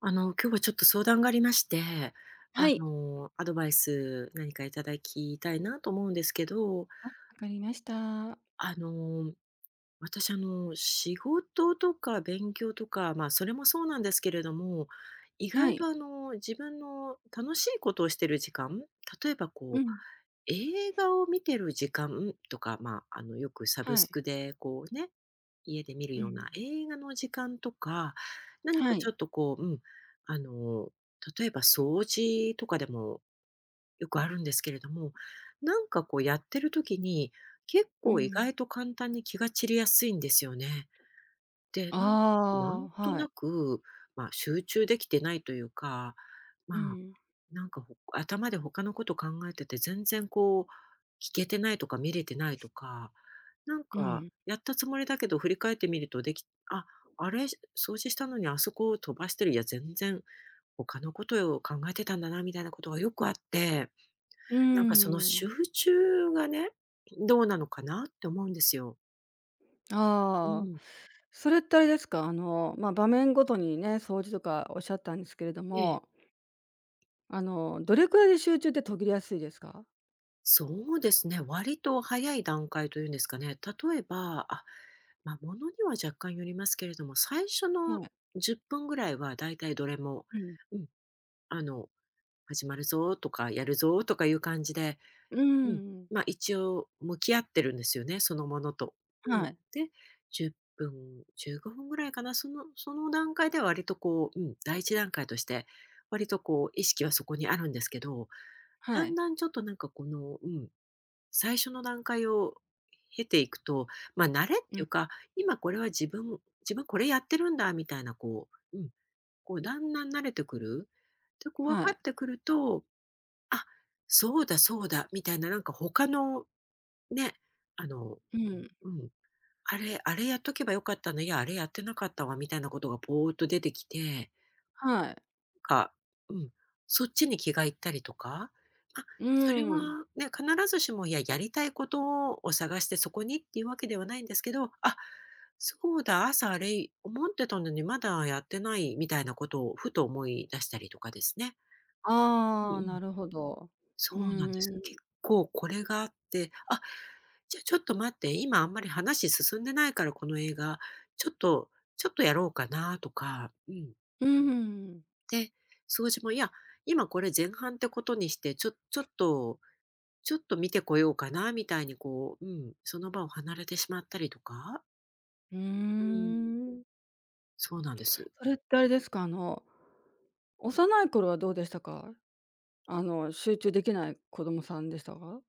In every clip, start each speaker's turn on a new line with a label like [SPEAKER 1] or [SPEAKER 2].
[SPEAKER 1] 今日はちょっと相談がありまして、
[SPEAKER 2] はい。
[SPEAKER 1] アドバイス何かいただきたいなと思うんですけど、
[SPEAKER 2] わかりました。
[SPEAKER 1] あの、私、仕事とか勉強とか、まあ、それもそうなんですけれども、意
[SPEAKER 2] は
[SPEAKER 1] 外
[SPEAKER 2] い。
[SPEAKER 1] とあの、自分の楽しいことをしてる時間、例えば
[SPEAKER 2] う
[SPEAKER 1] こう、
[SPEAKER 2] ん。
[SPEAKER 1] 映画を見てる時間とか、まあ、よくサブ
[SPEAKER 2] は
[SPEAKER 1] ス
[SPEAKER 2] い。
[SPEAKER 1] クでこうね、家で見る
[SPEAKER 2] う
[SPEAKER 1] よう
[SPEAKER 2] ん。
[SPEAKER 1] な映画の時間とか、何
[SPEAKER 2] は
[SPEAKER 1] かち
[SPEAKER 2] い。
[SPEAKER 1] ょっとこう、うん、あの、例えば掃除とかでもよくあるんですけれども、なんかこうやってる時に、結
[SPEAKER 2] う
[SPEAKER 1] 構意
[SPEAKER 2] ん。
[SPEAKER 1] 外と簡単に気が散りやすいんですよね。で、
[SPEAKER 2] あ
[SPEAKER 1] なんなん
[SPEAKER 2] あ、
[SPEAKER 1] と
[SPEAKER 2] は
[SPEAKER 1] な
[SPEAKER 2] い。
[SPEAKER 1] く、まあ、集中できてないというか、ま
[SPEAKER 2] う
[SPEAKER 1] あ、
[SPEAKER 2] ん。
[SPEAKER 1] なんか頭で他のこと考えてて全然こう、聞けてないとか見れてないとか、なん
[SPEAKER 2] う
[SPEAKER 1] か
[SPEAKER 2] ん。
[SPEAKER 1] やったつもりだけど振り返ってみるとあ、あれ、掃除したのにあそこを飛ばしてる、いや全然他のことを考えてたんだなみたいなことがよくあって、
[SPEAKER 2] うー
[SPEAKER 1] なんかその集
[SPEAKER 2] ん。
[SPEAKER 1] 中がね、どうなのかなって思うんですよ。う
[SPEAKER 2] ああ。
[SPEAKER 1] ん。
[SPEAKER 2] それってあれですか、ま、場面ごとにね、掃除とかおっしゃったんですけれど
[SPEAKER 1] ええ。
[SPEAKER 2] も、どれくらいで集中って途切れやすいですか？
[SPEAKER 1] そうですね、割と早い段階というんですかね。例えば、あ、まあ、ものには若干よりますけれども、最初の
[SPEAKER 2] はい。
[SPEAKER 1] 10分ぐらいはだいたいどれも、
[SPEAKER 2] うん。
[SPEAKER 1] うん、あの、始まるぞとか、やるぞとかいう感じで、
[SPEAKER 2] う
[SPEAKER 1] うん、
[SPEAKER 2] ーん。
[SPEAKER 1] ま、一応向き合ってるんですよね、そのものと。う
[SPEAKER 2] は
[SPEAKER 1] ん、
[SPEAKER 2] い。
[SPEAKER 1] で、10分、15分ぐらいかな、その段階では割とこう、うん、第一段階として、割とこう意識はそこにあるんですけど、
[SPEAKER 2] は
[SPEAKER 1] だん
[SPEAKER 2] い。
[SPEAKER 1] だんちょっとなんかこの、うん、最初の段階を経ていくと、ま、慣れっ
[SPEAKER 2] う
[SPEAKER 1] て
[SPEAKER 2] ん。
[SPEAKER 1] いうか、今これは自分これやってるんだみたいなこう、うん、こうだんだん慣れてくる。で、こう分
[SPEAKER 2] は
[SPEAKER 1] か
[SPEAKER 2] い。
[SPEAKER 1] ってくると、あ、そうだそうだみたいななんか他のね、あの、
[SPEAKER 2] うん。
[SPEAKER 1] うん、あれあれやっとけばよかったの、いや、あれやってなかったわみたいなことがぼーっと出てきて、
[SPEAKER 2] はい。
[SPEAKER 1] か、うん、そっちに気がいったりとか、あ、
[SPEAKER 2] う
[SPEAKER 1] それは
[SPEAKER 2] ーん。
[SPEAKER 1] ね、必ずしも、いや、やりたいことを探してそこにっていうわけではないんですけど、あ、そうだ、朝あれ思ってたのにまだやってないみたいなことをふと思い出したりとかですね。うん
[SPEAKER 2] あ
[SPEAKER 1] う
[SPEAKER 2] あ、
[SPEAKER 1] ん。
[SPEAKER 2] なるほど。う
[SPEAKER 1] そうなんです。
[SPEAKER 2] ー
[SPEAKER 1] 結
[SPEAKER 2] ん。
[SPEAKER 1] 構これがあって、あ、じゃあちょっと待って、今あんまり話進んでないからこの映画、ちょっとちょっとやろうかなとか、うん。
[SPEAKER 2] うーん。
[SPEAKER 1] で、掃除も、いや、今これ前半ってことにして、ちょっとちょっと見てこようかなみたいにこう、うん、その場を離れてしまったりとか、
[SPEAKER 2] う
[SPEAKER 1] う
[SPEAKER 2] ー
[SPEAKER 1] ん、
[SPEAKER 2] ん。
[SPEAKER 1] そうなんです。
[SPEAKER 2] それってあれですか、幼い頃はどうでしたか？集中できない子供さんでしたか？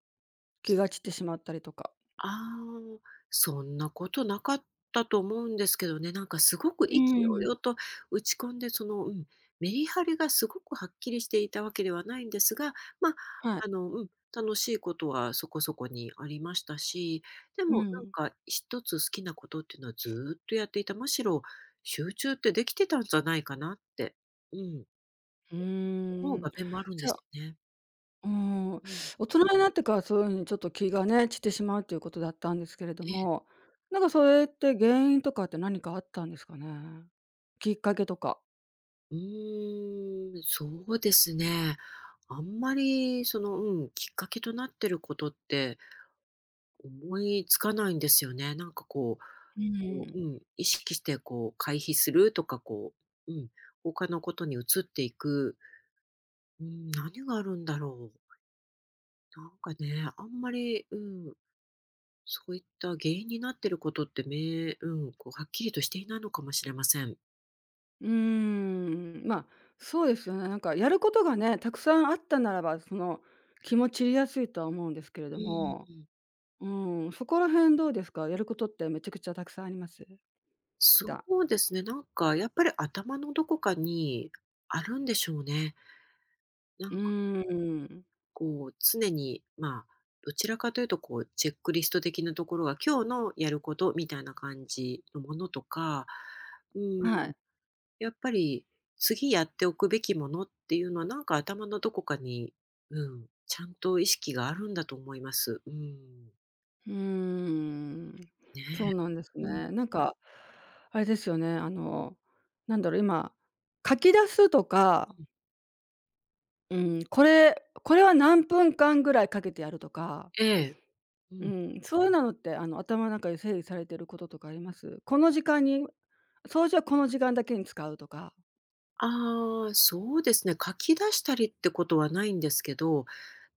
[SPEAKER 2] 気が散ってしまったりとか。
[SPEAKER 1] ああ、そんなことなかったと思うんですけどね、なんかすごく
[SPEAKER 2] う
[SPEAKER 1] 勢い
[SPEAKER 2] ー
[SPEAKER 1] よ
[SPEAKER 2] ん、
[SPEAKER 1] と打ち込んで、その、うん、メリハリがすごくはっきりしていたわけではないんですが、まあ、
[SPEAKER 2] はい。
[SPEAKER 1] うん、楽しいことはそこそこにありましたし、で
[SPEAKER 2] う
[SPEAKER 1] もなん
[SPEAKER 2] ん。
[SPEAKER 1] か一つ好きなことっていうのはずーっとやっていた、むしろ集中ってできてたんじゃないかなって、うん、
[SPEAKER 2] う
[SPEAKER 1] 思う
[SPEAKER 2] ーん。
[SPEAKER 1] 場面もあるん
[SPEAKER 2] じ
[SPEAKER 1] で
[SPEAKER 2] ゃあ
[SPEAKER 1] すよね。
[SPEAKER 2] うーん、
[SPEAKER 1] うん。
[SPEAKER 2] 大人になってからそういう風にちょっと気がね、散ってしまうということだったんですけれども、なんかそれって原因とかって何かあったんですかね？きっかけとか。
[SPEAKER 1] うーん、そうですね。あんまり、その、うん、きっかけとなってることって思いつかないんですよね。なんかこう、
[SPEAKER 2] う
[SPEAKER 1] こ
[SPEAKER 2] ー
[SPEAKER 1] う、
[SPEAKER 2] ん。
[SPEAKER 1] うん、意識してこう回避するとか、こう、うん、他のことに移っていく、うん、何があるんだろう。なんかね、あんまり、うん、そういった原因になってることってうん、こうはっきりとしていないのかもしれません。
[SPEAKER 2] うーん、ま、そうですよね。なんかやることがね、たくさんあったならば、気も散りやすいとは思うんですけれど
[SPEAKER 1] う
[SPEAKER 2] も、
[SPEAKER 1] ん。
[SPEAKER 2] うん、そこら辺どうですか？やることってめちゃくちゃたくさんあります？普
[SPEAKER 1] そ
[SPEAKER 2] 段。
[SPEAKER 1] うですね、なんかやっぱり頭のどこかにあるんでしょうね。な
[SPEAKER 2] う
[SPEAKER 1] んか
[SPEAKER 2] ーん、
[SPEAKER 1] こう常に、まあ、どちらかというとこうチェックリスト的なところが今日のやることみたいな感じのものとか、うん、
[SPEAKER 2] はい。
[SPEAKER 1] やっぱり次やっておくべきものっていうのはなんか頭のどこかに、うん、ちゃんと意識があるんだと思います。うん。
[SPEAKER 2] うーん、
[SPEAKER 1] ね
[SPEAKER 2] そうなんです
[SPEAKER 1] え。うん。
[SPEAKER 2] ね。なんか、あれですよね、なんだろう、今、書き出すとか、うん、これは何分間ぐらいかけてやるとか
[SPEAKER 1] ええ。う
[SPEAKER 2] う
[SPEAKER 1] ん。
[SPEAKER 2] ん、そういうなのって、頭の中で整理されてることとかあります？この時間に掃除はこの時間だけに使うとか、
[SPEAKER 1] ああ、そうですね。書き出したりってことはないんですけど、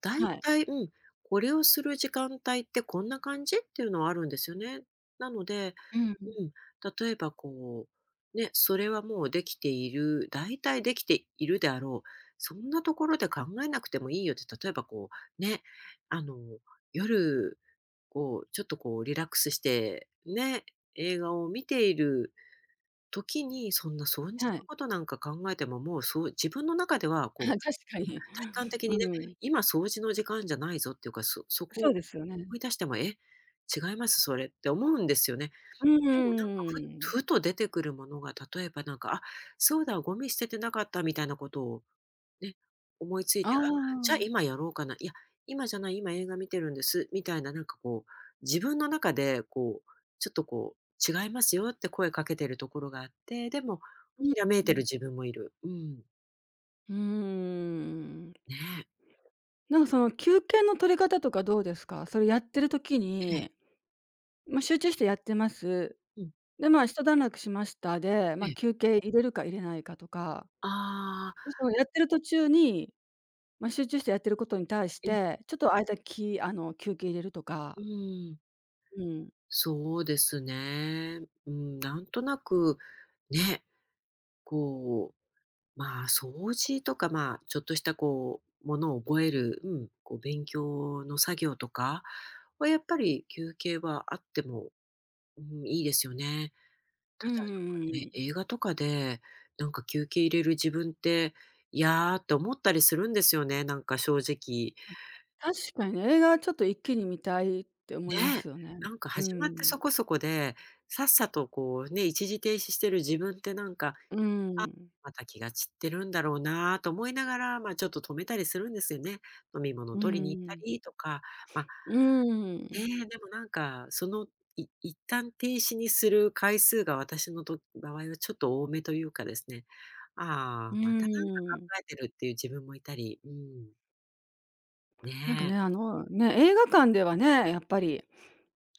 [SPEAKER 1] だい
[SPEAKER 2] はい。
[SPEAKER 1] たい、うん、これをする時間帯ってこんな感じっていうのはあるんですよね。なので、
[SPEAKER 2] うん。
[SPEAKER 1] うん、例えばこう、ね、それはもうできている、大体できているであろう、そんなところで考えなくてもいいよって、例えばこう、ね、あの、夜、こう、ちょっとこう、リラックスして、ね、映画を見ている時に、そんな損じ
[SPEAKER 2] は
[SPEAKER 1] の
[SPEAKER 2] い。
[SPEAKER 1] ことなんか考えても、もうそう自分の中では
[SPEAKER 2] あ、
[SPEAKER 1] こ
[SPEAKER 2] 確か
[SPEAKER 1] う、
[SPEAKER 2] に。
[SPEAKER 1] 体感的
[SPEAKER 2] う
[SPEAKER 1] にね、
[SPEAKER 2] ん。
[SPEAKER 1] 今掃除の時間じゃないぞっていうか、そこ
[SPEAKER 2] そ
[SPEAKER 1] を
[SPEAKER 2] うですよね。
[SPEAKER 1] 思い出しても、違いますそれって思うんですよね。
[SPEAKER 2] う
[SPEAKER 1] でもなん
[SPEAKER 2] ん
[SPEAKER 1] か
[SPEAKER 2] ん。
[SPEAKER 1] ふと出てくるものが、例えばなんか、あ、そうだ、ゴミ捨ててなかったみたいなことをね、思いつい
[SPEAKER 2] あ
[SPEAKER 1] て、あ、じゃあ
[SPEAKER 2] あ、
[SPEAKER 1] 今やろうかな、いや、今じゃない、今映画見てるんです、みたいななんかこう、自分の中でこう、ちょっとこう、違いますよって声かけてるところがあって、でも、
[SPEAKER 2] うん
[SPEAKER 1] ひらめいて
[SPEAKER 2] う
[SPEAKER 1] る
[SPEAKER 2] ん。
[SPEAKER 1] 自分もいる。うん。
[SPEAKER 2] うーん。
[SPEAKER 1] ねえ。
[SPEAKER 2] なんかその休憩の取り方とかどうですか？それやってる時
[SPEAKER 1] え
[SPEAKER 2] に、
[SPEAKER 1] え。
[SPEAKER 2] ま、集中してやってます。
[SPEAKER 1] うん。
[SPEAKER 2] で、まあ、一段落しましたで、
[SPEAKER 1] え
[SPEAKER 2] ま、
[SPEAKER 1] え。
[SPEAKER 2] 休憩入れるか入れないかとか、
[SPEAKER 1] ああ、
[SPEAKER 2] そのやってる途中にまあ、集中してやってることに対し
[SPEAKER 1] え、
[SPEAKER 2] て、ちょっと間きあの、休憩入れると
[SPEAKER 1] う
[SPEAKER 2] か、
[SPEAKER 1] ん。
[SPEAKER 2] うん。
[SPEAKER 1] そうですね。うん、なんとなく、ね、こう、まあ、掃除とか、まあ、ちょっとしたこう、ものを覚える、うん、こう勉強の作業とかは、やっぱり休憩はあっても、うん、いいですよね。
[SPEAKER 2] う
[SPEAKER 1] た
[SPEAKER 2] んう
[SPEAKER 1] だなんか
[SPEAKER 2] んうんう
[SPEAKER 1] ね、
[SPEAKER 2] ん。
[SPEAKER 1] 映画とかで、なんか休憩入れる自分って、いやーって思ったりするんですよね、なんか正直。
[SPEAKER 2] 確かにね、映画ちょっと一気に見たいって思
[SPEAKER 1] ね
[SPEAKER 2] いますよね。
[SPEAKER 1] え、なんか
[SPEAKER 2] う
[SPEAKER 1] 始まってそ
[SPEAKER 2] ん。
[SPEAKER 1] こそこで、さっさとこうね、一時停止してる自分ってなんか、
[SPEAKER 2] うん。
[SPEAKER 1] また気が散ってるんだろうなと思いながら、ま、ちょっと止めたりするんですよね。飲み物
[SPEAKER 2] う
[SPEAKER 1] 取りに行った
[SPEAKER 2] ん。
[SPEAKER 1] りとか、ま、
[SPEAKER 2] うー
[SPEAKER 1] え
[SPEAKER 2] ん。
[SPEAKER 1] え、でもなんか、一旦停止にする回数が私のと場合はちょっと多めというかですね、
[SPEAKER 2] う
[SPEAKER 1] ああ、またなんか
[SPEAKER 2] ー
[SPEAKER 1] 考
[SPEAKER 2] ん。
[SPEAKER 1] えてるっていう自分もいたり、うん、ね
[SPEAKER 2] なんかね、
[SPEAKER 1] え。
[SPEAKER 2] ね、映画館ではね、やっぱり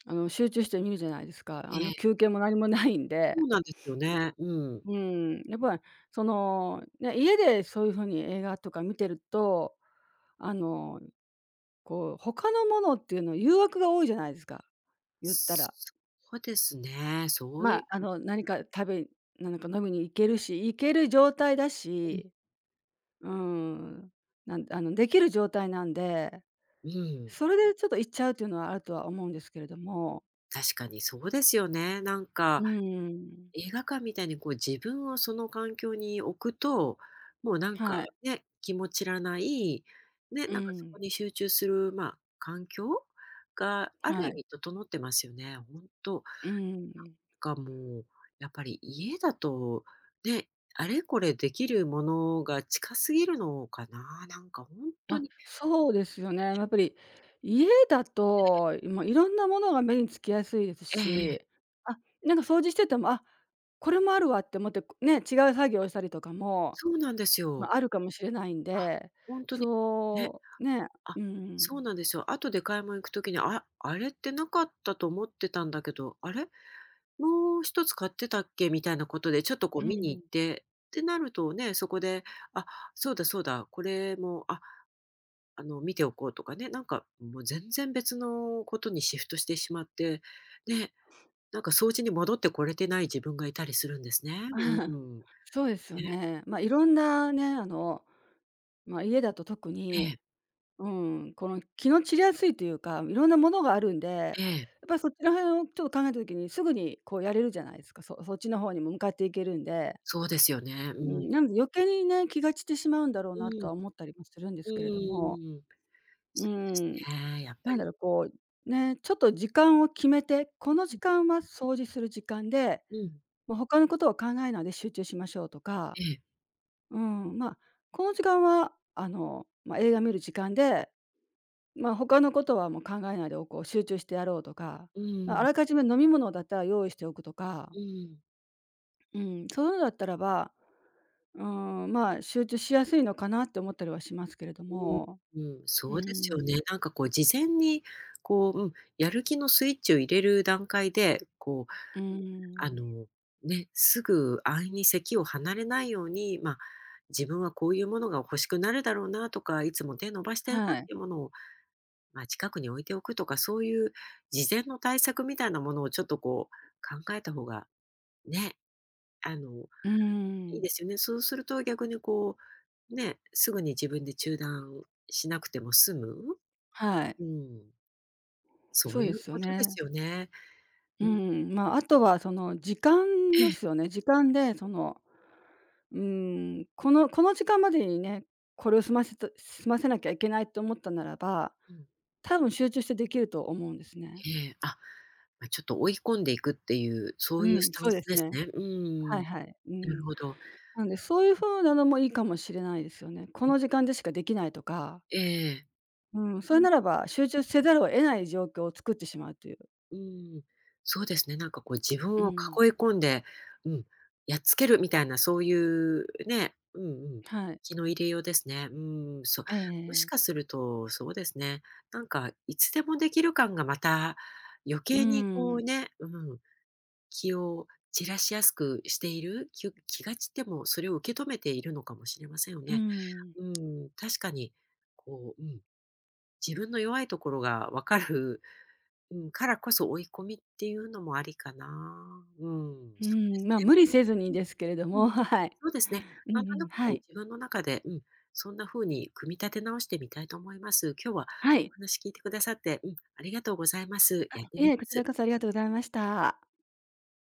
[SPEAKER 2] 集中して見るじゃないですか。
[SPEAKER 1] ええ、
[SPEAKER 2] 休憩も何もないん
[SPEAKER 1] そ
[SPEAKER 2] で。
[SPEAKER 1] うなんですよね。うん。
[SPEAKER 2] うん、やっぱ、その、ね、家でそういう風に映画とか見てると、あの、他のものっていうの誘惑が多いじゃないですか、言った
[SPEAKER 1] そ
[SPEAKER 2] ら。
[SPEAKER 1] うですね、そう
[SPEAKER 2] まあ、
[SPEAKER 1] い
[SPEAKER 2] 何か食べなんか飲みに行けるし、行ける状態だ
[SPEAKER 1] ええ。
[SPEAKER 2] し、うん、なんあの、できる状態なんで、
[SPEAKER 1] うん、
[SPEAKER 2] それでちょっと行っちゃうっていうのはあるとは思うんですけれども。
[SPEAKER 1] 確かにそうですよね。なんか、
[SPEAKER 2] うん。
[SPEAKER 1] 映画館みたいにこう自分をその環境に置くと、もうなんか
[SPEAKER 2] はい。
[SPEAKER 1] ね、気持ちらない、ね、
[SPEAKER 2] う
[SPEAKER 1] なんかそ
[SPEAKER 2] ん。
[SPEAKER 1] こに集中する、まあ、環境がある
[SPEAKER 2] は
[SPEAKER 1] 意
[SPEAKER 2] い。
[SPEAKER 1] 味整ってますよね。本当
[SPEAKER 2] うん。
[SPEAKER 1] かがもう、やっぱり家だと、ね、あれこれできるものが近すぎるのかな、なんか本当
[SPEAKER 2] あ、
[SPEAKER 1] に
[SPEAKER 2] そうですよね。やっぱり家だと、もういろんなものが目につきやすいです
[SPEAKER 1] えええ
[SPEAKER 2] し、
[SPEAKER 1] え、
[SPEAKER 2] あ、なんか掃除してても、あ、これもあるわって思って、ね、違う作業をしたりとかも、
[SPEAKER 1] そうなんです
[SPEAKER 2] ま
[SPEAKER 1] よ。
[SPEAKER 2] あ、あるかもしれないん
[SPEAKER 1] あ、
[SPEAKER 2] で、
[SPEAKER 1] 本当にね。
[SPEAKER 2] そう、ね、
[SPEAKER 1] あ、
[SPEAKER 2] うん、
[SPEAKER 1] そうなんですよ。後で買い物行くときに、あ、あれってなかったと思ってたんだけど、あれ、もう一つ買ってたっけみたいなことでちょっとこ
[SPEAKER 2] う
[SPEAKER 1] う見に行
[SPEAKER 2] ん。
[SPEAKER 1] って、ってなるとね、そこで、あ、そうだそうだ、これも、あ、見ておこうとかね、なんかもう全然別のことにシフトしてしまって、ね、なんか掃除に戻ってこれてない自分がいたりするんですね。う ん。ね、
[SPEAKER 2] そうですよね。まあ、いろんなね、まあ、家だと特
[SPEAKER 1] ええ、
[SPEAKER 2] にうん、この気の散りやすいというか、いろんなものがあるんで、やっ
[SPEAKER 1] ええ、
[SPEAKER 2] ぱりそっちの辺をちょっと考えた時にすぐにこうやれるじゃないですか。そっちの方にも向かっていけるんで。
[SPEAKER 1] そうですよね。う
[SPEAKER 2] うん、
[SPEAKER 1] ん。
[SPEAKER 2] なので余計にね、気が散ってしまうんだろう
[SPEAKER 1] う
[SPEAKER 2] なと
[SPEAKER 1] ん、
[SPEAKER 2] は思ったりもするんですけれども、
[SPEAKER 1] うん。
[SPEAKER 2] う
[SPEAKER 1] そうです
[SPEAKER 2] ん、
[SPEAKER 1] ね、やっぱ
[SPEAKER 2] なんだ
[SPEAKER 1] り。
[SPEAKER 2] ろう、ね、ちょっと時間を決めて、この時間は掃除する時間で、
[SPEAKER 1] うん。
[SPEAKER 2] もう他のことを考えないで集中しましょうとか、
[SPEAKER 1] ええ。
[SPEAKER 2] うん、まあ、この時間はまあ、映画見る時間でまあ、他のことはもう考えないでおこう、集中してやろうとか、
[SPEAKER 1] う
[SPEAKER 2] あ
[SPEAKER 1] ん、
[SPEAKER 2] らかじめ飲み物だったら用意しておくとか、
[SPEAKER 1] うん。
[SPEAKER 2] うん、そういうのだったらば、うん、まあ、集中しやすいのかなって思ったりはしますけれども、
[SPEAKER 1] うん、うん、
[SPEAKER 2] う
[SPEAKER 1] そうですよね。
[SPEAKER 2] ん、
[SPEAKER 1] なんかこう事前に、こう、うん、やる気のスイッチを入れる段階で、こ
[SPEAKER 2] う
[SPEAKER 1] う、うん、あ
[SPEAKER 2] ん、
[SPEAKER 1] の、ね、すぐ安易に席を離れないように、まあ、自分はこういうものが欲しくなるだろうなとか、いつも手伸ばしてるなっ
[SPEAKER 2] はい、
[SPEAKER 1] ていうものを、まあ、近くに置いておくとか、そういう事前の対策みたいなものをちょっとこう考えた方が、ね、あの
[SPEAKER 2] う
[SPEAKER 1] いい
[SPEAKER 2] ん、
[SPEAKER 1] ですよね。そうすると逆にこう、ね、すぐに自分で中断しなくても済む。
[SPEAKER 2] はい、
[SPEAKER 1] うん、そ
[SPEAKER 2] そ
[SPEAKER 1] う
[SPEAKER 2] う
[SPEAKER 1] い
[SPEAKER 2] で
[SPEAKER 1] う
[SPEAKER 2] すよ
[SPEAKER 1] ことです
[SPEAKER 2] ね。
[SPEAKER 1] よね。
[SPEAKER 2] う
[SPEAKER 1] うん、
[SPEAKER 2] ん、まあ、あとはその時間
[SPEAKER 1] え
[SPEAKER 2] で
[SPEAKER 1] え、
[SPEAKER 2] すよね。時間でうこの時間までにね、これを済ませなきゃいけないと思ったならば
[SPEAKER 1] うん、
[SPEAKER 2] 多分集中してできると思うんですね。
[SPEAKER 1] ええ、あ、ま、ちょっと追い込んでいくっていう、そ
[SPEAKER 2] う
[SPEAKER 1] ういう
[SPEAKER 2] ん、
[SPEAKER 1] スタ
[SPEAKER 2] そ
[SPEAKER 1] ン
[SPEAKER 2] うで
[SPEAKER 1] ス
[SPEAKER 2] す
[SPEAKER 1] です
[SPEAKER 2] ね。
[SPEAKER 1] ね。う
[SPEAKER 2] は
[SPEAKER 1] ん、
[SPEAKER 2] い
[SPEAKER 1] な
[SPEAKER 2] はい。うん。
[SPEAKER 1] るほど。
[SPEAKER 2] なんで、そういう風なのもいいかもしれないですよね。こ
[SPEAKER 1] ん、
[SPEAKER 2] の時間でしかできないとか、
[SPEAKER 1] ええ。
[SPEAKER 2] うん、それならば集中せざるを得ない状況を作ってしまうという。
[SPEAKER 1] うん、そうですね、なんかこう自
[SPEAKER 2] う
[SPEAKER 1] 分を
[SPEAKER 2] ん。
[SPEAKER 1] 囲い込んで、うん、やっつけるみたいなそういうね、うんうん、
[SPEAKER 2] はい。
[SPEAKER 1] 気の入れようですね。うん、そう、もし
[SPEAKER 2] え
[SPEAKER 1] か
[SPEAKER 2] え
[SPEAKER 1] するとそうですね、なんかいつでもできる感がまた余
[SPEAKER 2] う
[SPEAKER 1] 計にこ
[SPEAKER 2] ん、
[SPEAKER 1] うね、うん、気を散らしやすくしている、気が散ってもそれを受け止めているのかもしれませんよ
[SPEAKER 2] う
[SPEAKER 1] ね。
[SPEAKER 2] ん、
[SPEAKER 1] うん、確かにこう、うん、自分の弱いところが分かる、うん、からこそ追い込みっていうのもありかな。うん、
[SPEAKER 2] う
[SPEAKER 1] そうで
[SPEAKER 2] ん、
[SPEAKER 1] す
[SPEAKER 2] まあ、無理せずにですけれど
[SPEAKER 1] ね。う
[SPEAKER 2] も、
[SPEAKER 1] ん。
[SPEAKER 2] はい。
[SPEAKER 1] そうですね。
[SPEAKER 2] うん
[SPEAKER 1] なんと
[SPEAKER 2] う
[SPEAKER 1] な
[SPEAKER 2] ん、
[SPEAKER 1] く
[SPEAKER 2] は
[SPEAKER 1] こう
[SPEAKER 2] い。
[SPEAKER 1] 自分の中で、うん、そんな風に組み立て直してみたいと思います。今日は
[SPEAKER 2] は
[SPEAKER 1] お
[SPEAKER 2] い。
[SPEAKER 1] 話聞いてくださって、うん、ありがとうございます。やって
[SPEAKER 2] い
[SPEAKER 1] み
[SPEAKER 2] え、
[SPEAKER 1] ま
[SPEAKER 2] こちら
[SPEAKER 1] す。
[SPEAKER 2] こそありがとうございました。